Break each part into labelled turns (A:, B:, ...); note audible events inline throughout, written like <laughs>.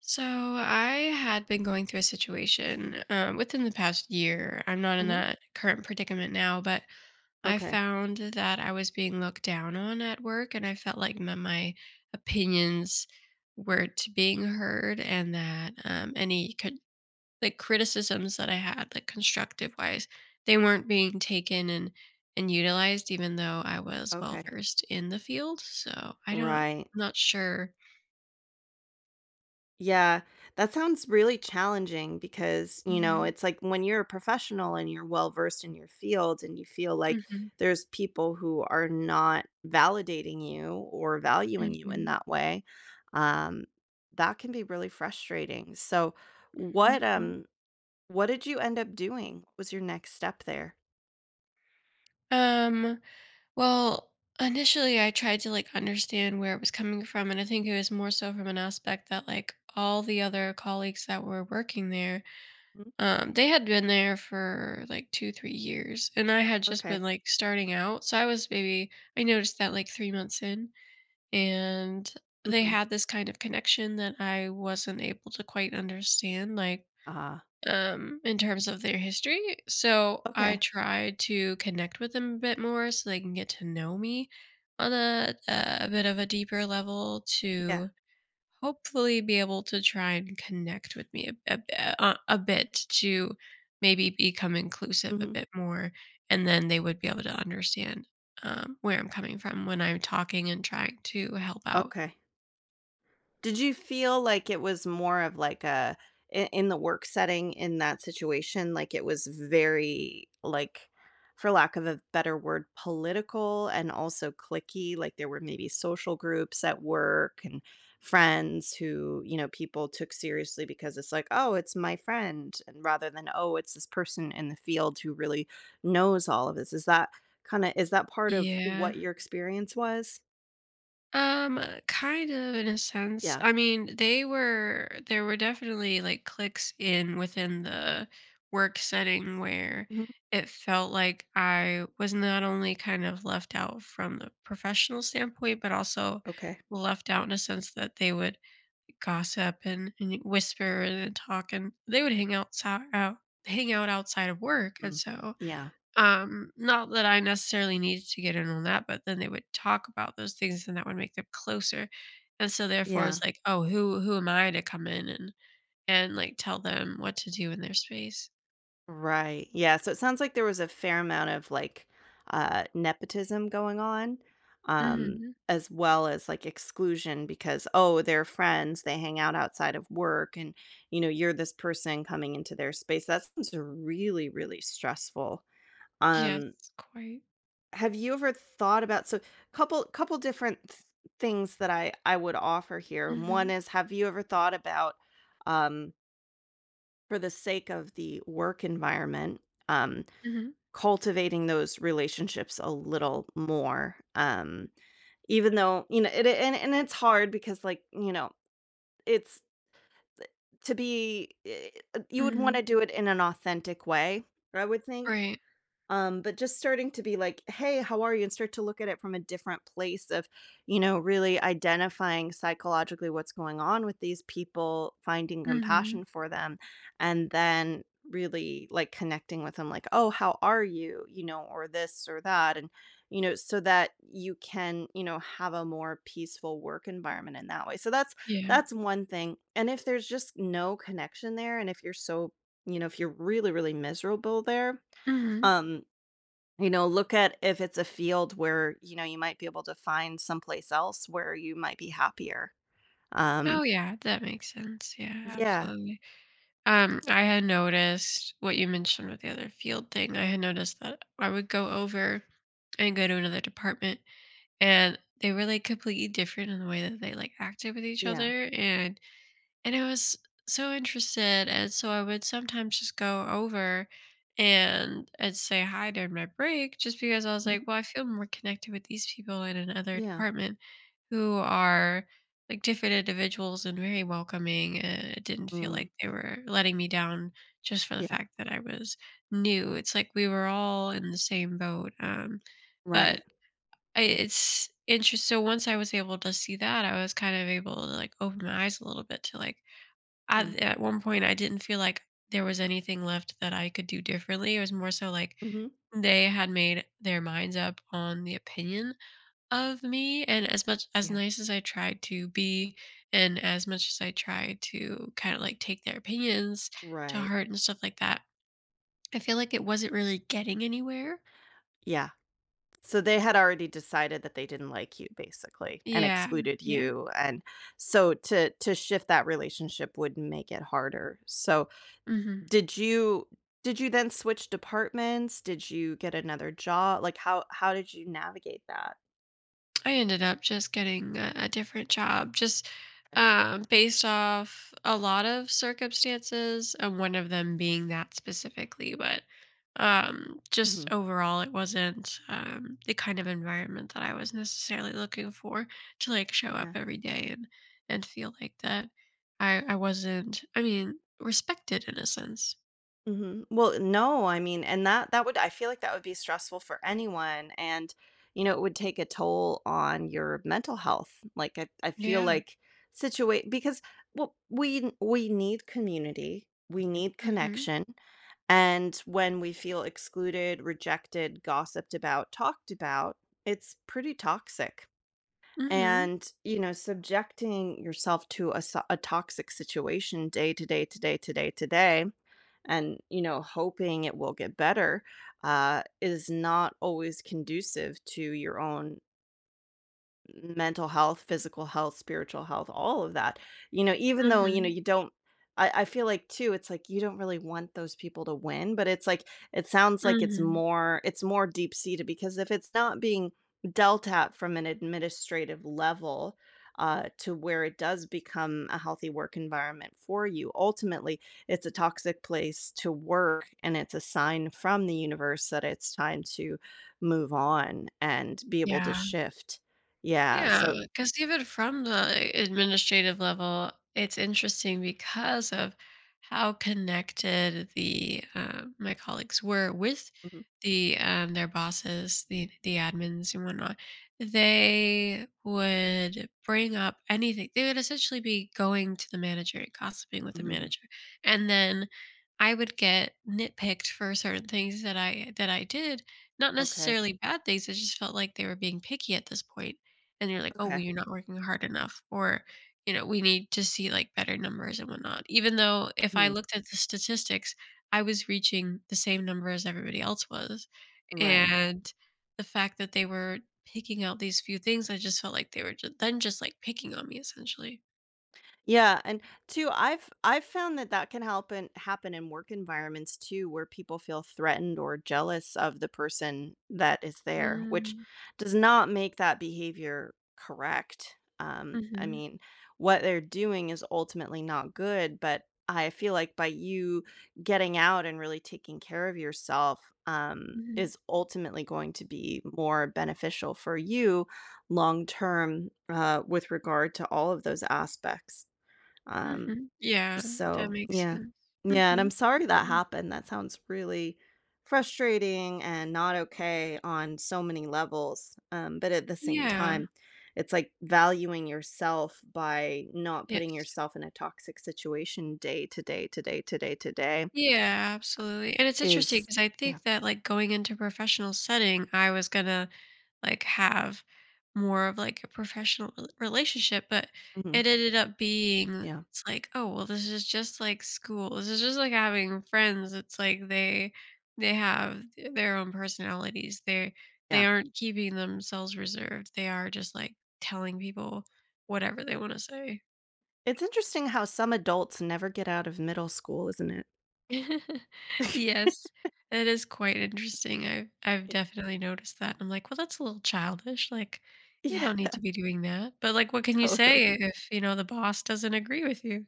A: So I had been going through a situation within the past year. I'm not in
B: Mhm.
A: that current predicament now, but I
B: Okay.
A: found that I was being looked down on at work, and I felt like my opinions weren't being heard, and that like criticisms that I had, like constructive wise, they weren't being taken and utilized, even though I was well
B: Okay.
A: versed in the field. So I'm
B: Right.
A: not sure.
B: Yeah. That sounds really challenging because, you know,
A: hmm
B: it's like when you're a professional and you're well versed in your field and you feel like
A: hmm
B: there's people who are not validating you or valuing you in
A: hmm
B: that way, um, that can be really frustrating. So, what
A: hmm
B: um what did you end up doing? What was your next step there?
A: Um, well, Initially I tried to like understand where it was coming from, and I think it was more so from an aspect that like all the other colleagues that were working there,
B: Mhm.
A: they had been there for like two, 3 years, and I had just been
B: Okay.
A: like starting out. So I was maybe I noticed that like 3 months in, and they
B: Mhm.
A: had this kind of connection that I wasn't able to quite understand. Like,
B: Ah,
A: in terms of their history. So I
B: okay.
A: try to connect with them a bit more so they can get to know me on a bit of a deeper level
B: Yeah.
A: to hopefully be able to try and connect with me a bit to maybe become inclusive a
B: Mhm.
A: bit more. And then they would be able to understand where I'm coming from when I'm talking and trying to help out.
B: Okay. Did you feel like it was more of like a in the work setting in that situation, like it was very like, for lack of a better word, political and also clicky. Like there were maybe social groups at work and friends who, you know, people took seriously because it's like, oh, it's my friend. And rather than, oh, it's this person in the field who really knows all of this. Is that kind of, is that part of
A: Yeah.
B: what your experience was?
A: Um, Kind of in a sense.
B: Yeah.
A: I mean, they were there were definitely like clicks in within the work setting where
B: Mhm.
A: it felt like I was not only kind of left out from the professional standpoint, but also
B: Okay.
A: left out in a sense that they would gossip and whisper and talk and they would hang out outside of work. And
B: Mm.
A: so
B: Yeah.
A: not that I necessarily needed to get in on that, but then they would talk about those things and that would make them closer. And so therefore
B: Yeah.
A: it's like, "Oh, who am I to come in and like, tell them what to do in their space?"
B: Right. Yeah. So it sounds like there was a fair amount of like nepotism going on. Um
A: Mhm.
B: as well as like exclusion because oh they're friends they hang out outside of work and you know you're this person coming into their space that sounds really really stressful.
A: Yes,
B: um
A: quite.
B: have you ever thought about so couple things that I would offer here? One
A: Mhm.
B: is, have you ever thought about, um for the sake of the work environment, um
A: Mhm.
B: cultivating those relationships a little more, even though, you know, it and it's hard because, like, you know, it's eh, to be, eh, you would wanna
A: Mhm.
B: do it in an authentic way, I would think,
A: Right.
B: but just starting to be like, "Hey, how are you?" and start to look at it from a different place of, you know, really identifying psychologically what's going on with these people, finding
A: Mhm.
B: compassion for them, and then really like connecting with them like, "Oh, how are you?" you know, or this or that and, you know, so that you can, you know, have a more peaceful work environment in that way. So
A: Yeah.
B: that's one thing. And if there's just no connection there and if you're so, you know, if you're really really miserable there,
A: Mhm.
B: um you know, look at if it's a field where, you know, you might be able to find someplace else where you might be happier. Um,
A: Oh, yeah, that makes sense. Yeah,
B: yeah,
A: absolutely. I had noticed what you mentioned with the other field thing, I had noticed that I would go over and go to another department and they were like completely different in the way that they like acted with each
B: yeah,
A: other and I was so interested and so I would sometimes just go over and I'd say hi during my break just because I was
B: mhm,
A: like, well, I feel more connected with these people in another
B: yeah,
A: department who are like different individuals and very welcoming. And it didn't feel
B: mm,
A: like they were letting me down just for the
B: yeah,
A: fact that I was new. It's like we were all in the same boat. But
B: right,
A: I it's interesting. So once I was able to see that, I was kind of able to like open my eyes a little bit to like
B: mm,
A: at one point I didn't feel like there was anything left that I could do differently. It was more so like
B: mhm,
A: they had made their minds up on the opinion of me. And as much as
B: yeah,
A: nice as I tried to be, and as much as I tried to kind of like take their opinions to
B: right,
A: heart and stuff like that, I feel like it wasn't really getting anywhere.
B: yeah. So they had already decided that they didn't like you basically and
A: Yeah.
B: excluded
A: Yeah.
B: you, and so to shift that relationship would make it harder. So
A: hmm
B: did you did you then switch departments? Did you get another job? Like how did you navigate that?
A: I ended up just getting a different job, just based off a lot of circumstances, and one of them being that specifically. But just
B: Mhm.
A: overall, it wasn't the kind of environment that I was necessarily looking for to like show up
B: Yeah.
A: every day and feel like that I wasn't. I mean, respected in a sense.
B: Mhm. Well, no, I mean, and that would, I feel like that would be stressful for anyone, and you know, it would take a toll on your mental health. Like I feel
A: Yeah.
B: like situate because, well, we need community, we need
A: Mm-hmm.
B: connection, and when we feel excluded, rejected, gossiped about, talked about, it's pretty toxic.
A: Mm-hmm.
B: And, you know, subjecting yourself to a, a toxic situation day to day to day to day to day, and you know, hoping it will get better, is not always conducive to your own mental health, physical health, spiritual health, all of that. You know, even though, you know,
A: Mm-hmm.
B: you don't, I feel like too, it's like you don't really want those people to win, but it's like it sounds like it's
A: Mm-hmm.
B: more, it's more deep seated, because if it's not being dealt at from an administrative level, to where it does become a healthy work environment for you. Ultimately, it's a toxic place to work, and it's a sign from the universe that it's time to move on and be able to
A: Yeah.
B: shift. Yeah,
A: Yeah,
B: so
A: because even from the like, administrative level, it's interesting because of how connected my colleagues were with
B: mhm,
A: their bosses, the admins and whatnot. They would bring up anything. They would essentially be going to the manager and gossiping with the
B: mhm,
A: manager, and then I would get nitpicked for certain things that I did, not
B: okay,
A: necessarily bad things, I just felt like they were being picky at this point and you're like, "Oh, well,
B: okay,
A: you're not working hard enough," or, you know, "We need to see, like, better numbers and whatnot." Even though if I
B: mhm,
A: looked at the statistics, I was reaching the same number as everybody else was,
B: right.
A: and the fact that they were picking out these few things, I just felt like they were like, picking on me essentially.
B: Yeah, and too, I've found that that can help and happen in work environments too, where people feel threatened or jealous of the person that is there, which
A: Mm.
B: does not make that behavior correct. I
A: Mhm.
B: mean, what they're doing is ultimately not good, but I feel like by you getting out and really taking care of yourself,
A: Mhm.
B: is ultimately going to be more beneficial for you long term, with regard to all of those aspects. Um,
A: Mhm. Yeah, that
B: so
A: makes
B: yeah.
A: sense.
B: Yeah, and I'm
A: Mhm.
B: sorry that
A: Absolutely.
B: happened. That sounds really frustrating and not okay on so many levels. But at the same
A: Yeah.
B: time, it's like valuing yourself by not putting
A: Yes.
B: yourself in a toxic situation day to day to day to day to day
A: Yeah, absolutely. And it's interesting
B: is
A: because I
B: yeah.
A: think that like going into professional setting, I was gonna like have more of like a relationship, but
B: Hmm.
A: it ended up being
B: Yeah.
A: it's like, oh well, this is just like school. This is just like having friends. It's like they have their own personalities. They
B: Yeah.
A: aren't keeping themselves reserved. They are just like telling people whatever they want to say.
B: It's interesting how some adults never get out of middle school, isn't it?
A: <laughs> Yes, it is quite interesting. I've definitely noticed that. I'm like, "Well, that's a little childish, like,
B: <laughs>
A: you
B: Yeah,
A: don't need to be doing that." But, like, what
B: <laughs>
A: can you say
B: totally.
A: if, you know, the boss doesn't agree with you?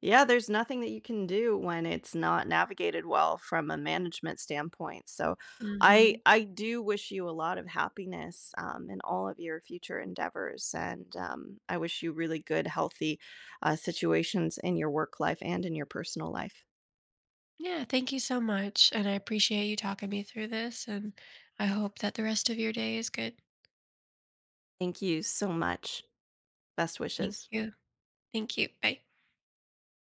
B: Yeah, there's nothing that you can do when it's not navigated well from a management standpoint. So
A: Mhm.
B: I do wish you a lot of happiness in all of your future endeavors. And I wish you really good, healthy, situations in your work life and in your personal life.
A: Yeah, thank you so much, and I appreciate you talking me through this, and I hope that the rest of your day is good.
B: Thank you so much. Best wishes.
A: Thank you. Thank you. Bye.